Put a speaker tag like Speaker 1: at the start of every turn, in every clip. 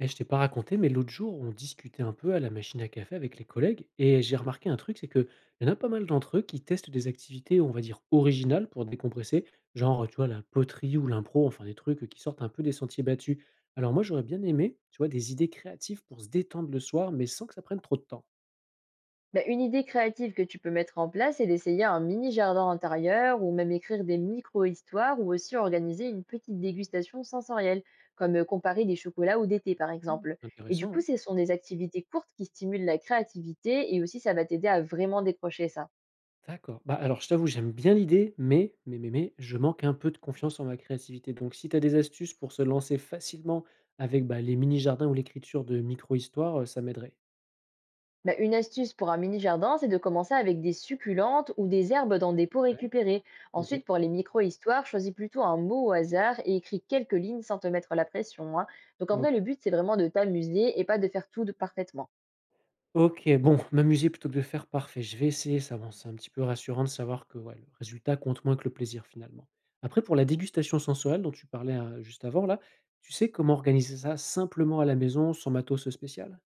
Speaker 1: Et je t'ai pas raconté, mais l'autre jour, on discutait un peu à la machine à café avec les collègues et j'ai remarqué un truc, c'est qu'il y en a pas mal d'entre eux qui testent des activités, on va dire, originales pour décompresser, genre, tu vois, la poterie ou l'impro, enfin des trucs qui sortent un peu des sentiers battus. Alors moi, j'aurais bien aimé, tu vois, des idées créatives pour se détendre le soir, mais sans que ça prenne trop de temps.
Speaker 2: Bah, une idée créative que tu peux mettre en place est d'essayer un mini jardin intérieur ou même écrire des micro-histoires ou aussi organiser une petite dégustation sensorielle, comme comparer des chocolats ou des thés par
Speaker 1: Hmm,
Speaker 2: exemple. Et du
Speaker 1: intéressant,
Speaker 2: coup,
Speaker 1: hein.
Speaker 2: ce sont des activités courtes qui stimulent la créativité et aussi ça va t'aider à vraiment décrocher ça.
Speaker 1: D'accord. Bah, alors je t'avoue, j'aime bien l'idée, mais je manque un peu de confiance en ma créativité. Donc si tu as des astuces pour se lancer facilement avec, bah, les mini-jardins ou l'écriture de micro-histoires, ça m'aiderait.
Speaker 2: Bah, une astuce pour un mini-jardin, c'est de commencer avec des succulentes ou des herbes dans des pots
Speaker 1: Ouais.
Speaker 2: récupérés.
Speaker 1: OK,
Speaker 2: Ensuite, pour les micro-histoires, choisis plutôt un mot au hasard et écris quelques lignes sans te mettre la pression, hein. Donc en vrai,
Speaker 1: OK.
Speaker 2: le but, c'est vraiment de t'amuser et pas de faire tout de parfaitement.
Speaker 1: OK, bon, m'amuser plutôt que de faire, parfait, je vais essayer ça. Bon, c'est un petit peu rassurant de savoir que, ouais, le résultat compte moins que le plaisir, finalement. Après pour la dégustation sensorielle dont tu parlais, juste avant là, tu sais comment organiser ça simplement à la maison sans matos spécial?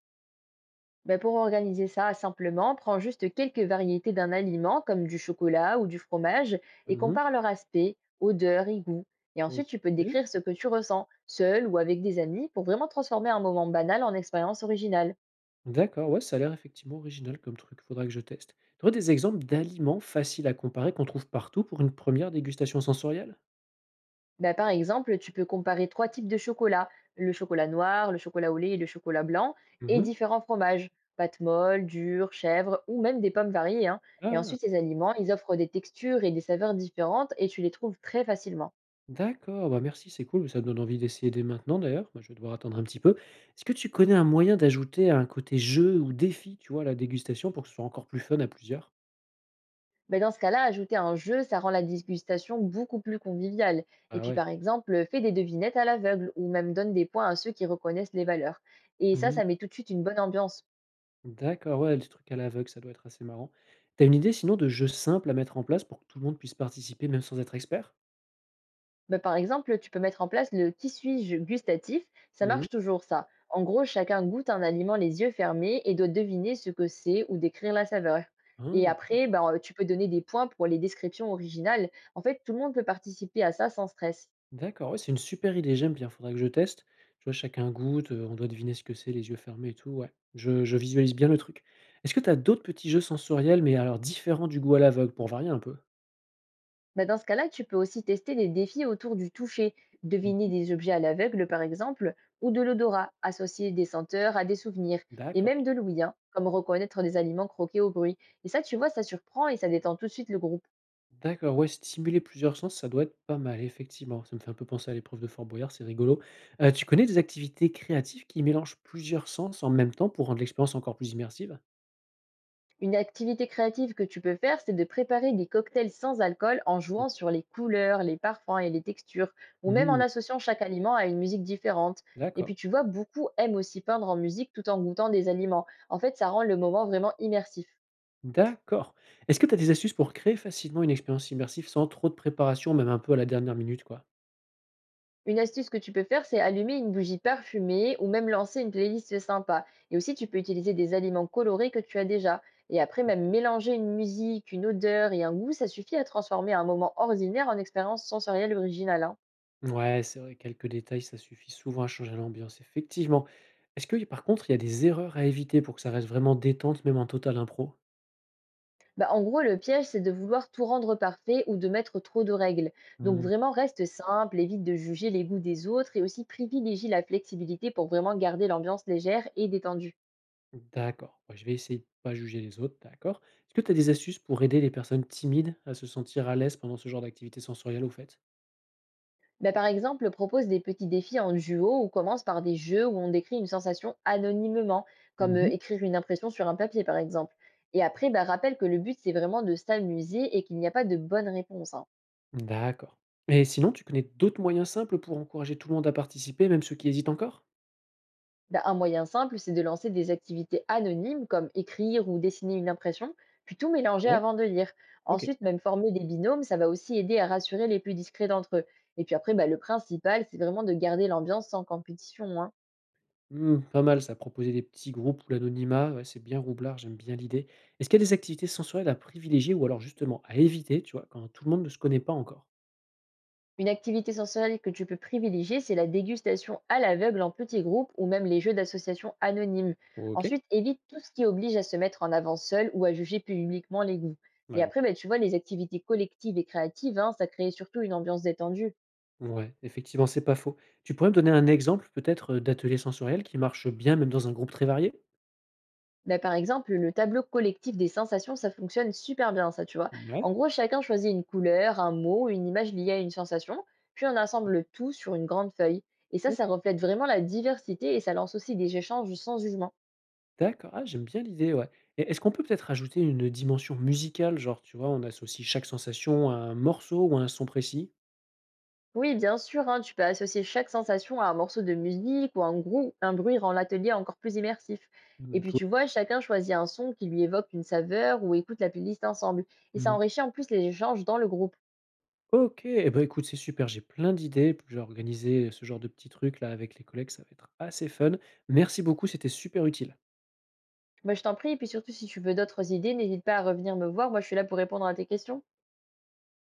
Speaker 2: Bah, pour organiser ça simplement, prends juste quelques variétés d'un aliment comme du chocolat ou du fromage et
Speaker 1: Mmh.
Speaker 2: compare leur aspect, odeur et goût. Et ensuite, tu peux
Speaker 1: OK.
Speaker 2: décrire ce que tu ressens, seul ou avec des amis, pour vraiment transformer un moment banal en expérience originale.
Speaker 1: D'accord, ouais, ça a l'air effectivement original comme truc, faudra que je teste. Tu aurais des exemples d'aliments faciles à comparer qu'on trouve partout pour une première dégustation sensorielle?
Speaker 2: Bah, par exemple, tu peux comparer trois types de chocolat, le chocolat noir, le chocolat au lait et le chocolat blanc, et
Speaker 1: Mhm.
Speaker 2: différents fromages, pâte molle, dure, chèvre, ou même des pommes variées, hein. Et
Speaker 1: Ah,
Speaker 2: ensuite, ces aliments, ils offrent des textures et des saveurs différentes et tu les trouves très facilement.
Speaker 1: d'accord, bah merci, c'est cool, ça me donne envie d'essayer dès maintenant d'ailleurs, moi je vais devoir attendre un petit peu. Est-ce que tu connais un moyen d'ajouter un côté jeu ou défi, tu vois, à la dégustation pour que ce soit encore plus fun à plusieurs?
Speaker 2: Mais dans ce cas-là, ajouter un jeu, ça rend la dégustation beaucoup plus conviviale. Et
Speaker 1: Ah
Speaker 2: puis,
Speaker 1: ouais.
Speaker 2: par exemple, fais des devinettes à l'aveugle ou même donne des points à ceux qui reconnaissent les valeurs. Et ça,
Speaker 1: Mhm.
Speaker 2: ça met tout de suite une bonne ambiance.
Speaker 1: D'accord, ouais, les trucs à l'aveugle, ça doit être assez marrant. T'as une idée sinon de jeu simple à mettre en place pour que tout le monde puisse participer même sans être expert?
Speaker 2: Bah, par exemple, tu peux mettre en place le qui suis-je gustatif, ça
Speaker 1: Mhm.
Speaker 2: marche toujours ça. En gros, chacun goûte un aliment les yeux fermés et doit deviner ce que c'est ou décrire la saveur. Et
Speaker 1: Ah,
Speaker 2: après, bah, tu peux donner des points pour les descriptions originales. En fait, tout le monde peut participer à ça sans stress.
Speaker 1: d'accord, ouais, c'est une super idée, j'aime bien, faudrait que je teste. Tu vois, chacun goûte, on doit deviner ce que c'est les yeux fermés et tout, ouais. Je visualise bien le truc. Est-ce que tu as d'autres petits jeux sensoriels, mais alors différents du goût à l'aveugle pour varier un peu?
Speaker 2: Bah, dans ce cas-là, tu peux aussi tester des défis autour du toucher, deviner
Speaker 1: Mmh.
Speaker 2: des objets à l'aveugle par exemple, ou de l'odorat, associer des senteurs à des souvenirs, et
Speaker 1: D'accord.
Speaker 2: même de l'ouïe, hein, comme reconnaître des aliments croqués au bruit. Et ça, tu vois, ça surprend et ça détend tout de suite le groupe.
Speaker 1: D'accord, ouais, stimuler plusieurs sens, ça doit être pas mal, effectivement. Ça me fait un peu penser à l'épreuve de Fort Boyard, c'est rigolo. Tu connais des activités créatives qui mélangent plusieurs sens en même temps pour rendre l'expérience encore plus immersive?
Speaker 2: Une activité créative que tu peux faire, c'est de préparer des cocktails sans alcool en
Speaker 1: Oui.
Speaker 2: jouant sur les couleurs, les parfums et les textures, ou même en
Speaker 1: Mmh,
Speaker 2: associant chaque aliment à une musique différente. Et
Speaker 1: d'accord.
Speaker 2: puis tu vois, beaucoup aiment aussi peindre en musique tout en goûtant des aliments. En fait, ça rend le moment vraiment immersif.
Speaker 1: D'accord. Est-ce que tu as des astuces pour créer facilement une expérience immersive sans trop de préparation, même un peu à la dernière minute, quoi?
Speaker 2: Une astuce que tu peux faire, c'est allumer une bougie parfumée ou même lancer une playlist sympa. Et aussi, tu peux utiliser des aliments colorés que tu as déjà. Et après, même mélanger une musique, une odeur et un goût, ça suffit à transformer un moment ordinaire en expérience sensorielle originale, hein.
Speaker 1: Ouais, c'est vrai, quelques détails, ça suffit souvent à changer l'ambiance, effectivement. Est-ce que, par contre, il y a des erreurs à éviter pour que ça reste vraiment détente, même en total impro?
Speaker 2: Bah, en gros, le piège, c'est de vouloir tout rendre parfait ou de mettre trop de règles. Donc
Speaker 1: Hmm.
Speaker 2: vraiment, reste simple, évite de juger les goûts des autres et aussi privilégie la flexibilité pour vraiment garder l'ambiance légère et détendue.
Speaker 1: D'accord. Moi, je vais essayer de pas juger les autres, d'accord. Est-ce que tu as des astuces pour aider les personnes timides à se sentir à l'aise pendant ce genre d'activité sensorielle, au fait?
Speaker 2: Bah, par exemple, propose des petits défis en duo ou commence par des jeux où on décrit une sensation anonymement, comme
Speaker 1: Mhm.
Speaker 2: écrire une impression sur un papier par exemple. Et après, bah, rappelle que le but, c'est vraiment de s'amuser et qu'il n'y a pas de bonne réponse, hein.
Speaker 1: D'accord. Et sinon, tu connais d'autres moyens simples pour encourager tout le monde à participer, même ceux qui hésitent encore?
Speaker 2: Bah, un moyen simple, c'est de lancer des activités anonymes comme écrire ou dessiner une impression, puis tout mélanger
Speaker 1: Ouais,
Speaker 2: avant de lire.
Speaker 1: ok.
Speaker 2: Ensuite, même former des binômes, ça va aussi aider à rassurer les plus discrets d'entre eux. Et puis après, bah, le principal, c'est vraiment de garder l'ambiance sans compétition, hein.
Speaker 1: Mmh, pas mal ça, proposer des petits groupes ou l'anonymat, ouais, c'est bien roublard, j'aime bien l'idée. Est-ce qu'il y a des activités sensorielles à privilégier ou alors justement à éviter, tu vois, quand tout le monde ne se connaît pas encore?
Speaker 2: Une activité sensorielle que tu peux privilégier, c'est la dégustation à l'aveugle en petits groupes ou même les jeux d'association anonymes.
Speaker 1: Ok.
Speaker 2: Ensuite, évite tout ce qui oblige à se mettre en avant seul ou à juger publiquement les goûts. Et
Speaker 1: Ouais,
Speaker 2: après,
Speaker 1: logique.
Speaker 2: bah, tu vois, les activités collectives et créatives, hein, ça crée surtout une ambiance détendue.
Speaker 1: Ouais, effectivement, c'est pas faux. Tu pourrais me donner un exemple peut-être d'atelier sensoriel qui marche bien même dans un groupe très varié?
Speaker 2: Bah, par exemple, le tableau collectif des sensations, ça fonctionne super bien, ça, tu vois. En
Speaker 1: Ouais.
Speaker 2: gros, chacun choisit une couleur, un mot, une image liée à une sensation, puis on assemble le tout sur une grande feuille. Et ça,
Speaker 1: Ok,
Speaker 2: ça reflète vraiment la diversité et ça lance aussi des échanges sans jugement.
Speaker 1: d'accord. Ah, j'aime bien l'idée, ouais. Et est-ce qu'on peut peut-être ajouter une dimension musicale, genre, tu vois, on associe chaque sensation à un morceau ou à un son précis?
Speaker 2: Oui, bien sûr, hein, tu peux associer chaque sensation à un morceau de musique ou un, un bruit rend l'atelier encore plus immersif. Et
Speaker 1: Mm,
Speaker 2: puis tu vois, chacun choisit un son qui lui évoque une saveur ou écoute la playlist ensemble. Et ça
Speaker 1: cool.
Speaker 2: enrichit en plus les échanges dans le groupe.
Speaker 1: OK et bah, écoute, c'est super, j'ai plein d'idées, puis je vais organiser ce genre de petits trucs là avec les collègues, ça va être assez fun. Merci beaucoup, c'était super utile.
Speaker 2: Bah, je t'en prie et puis surtout si tu veux d'autres idées, n'hésite pas à revenir me voir. Moi, je suis là pour répondre à tes questions.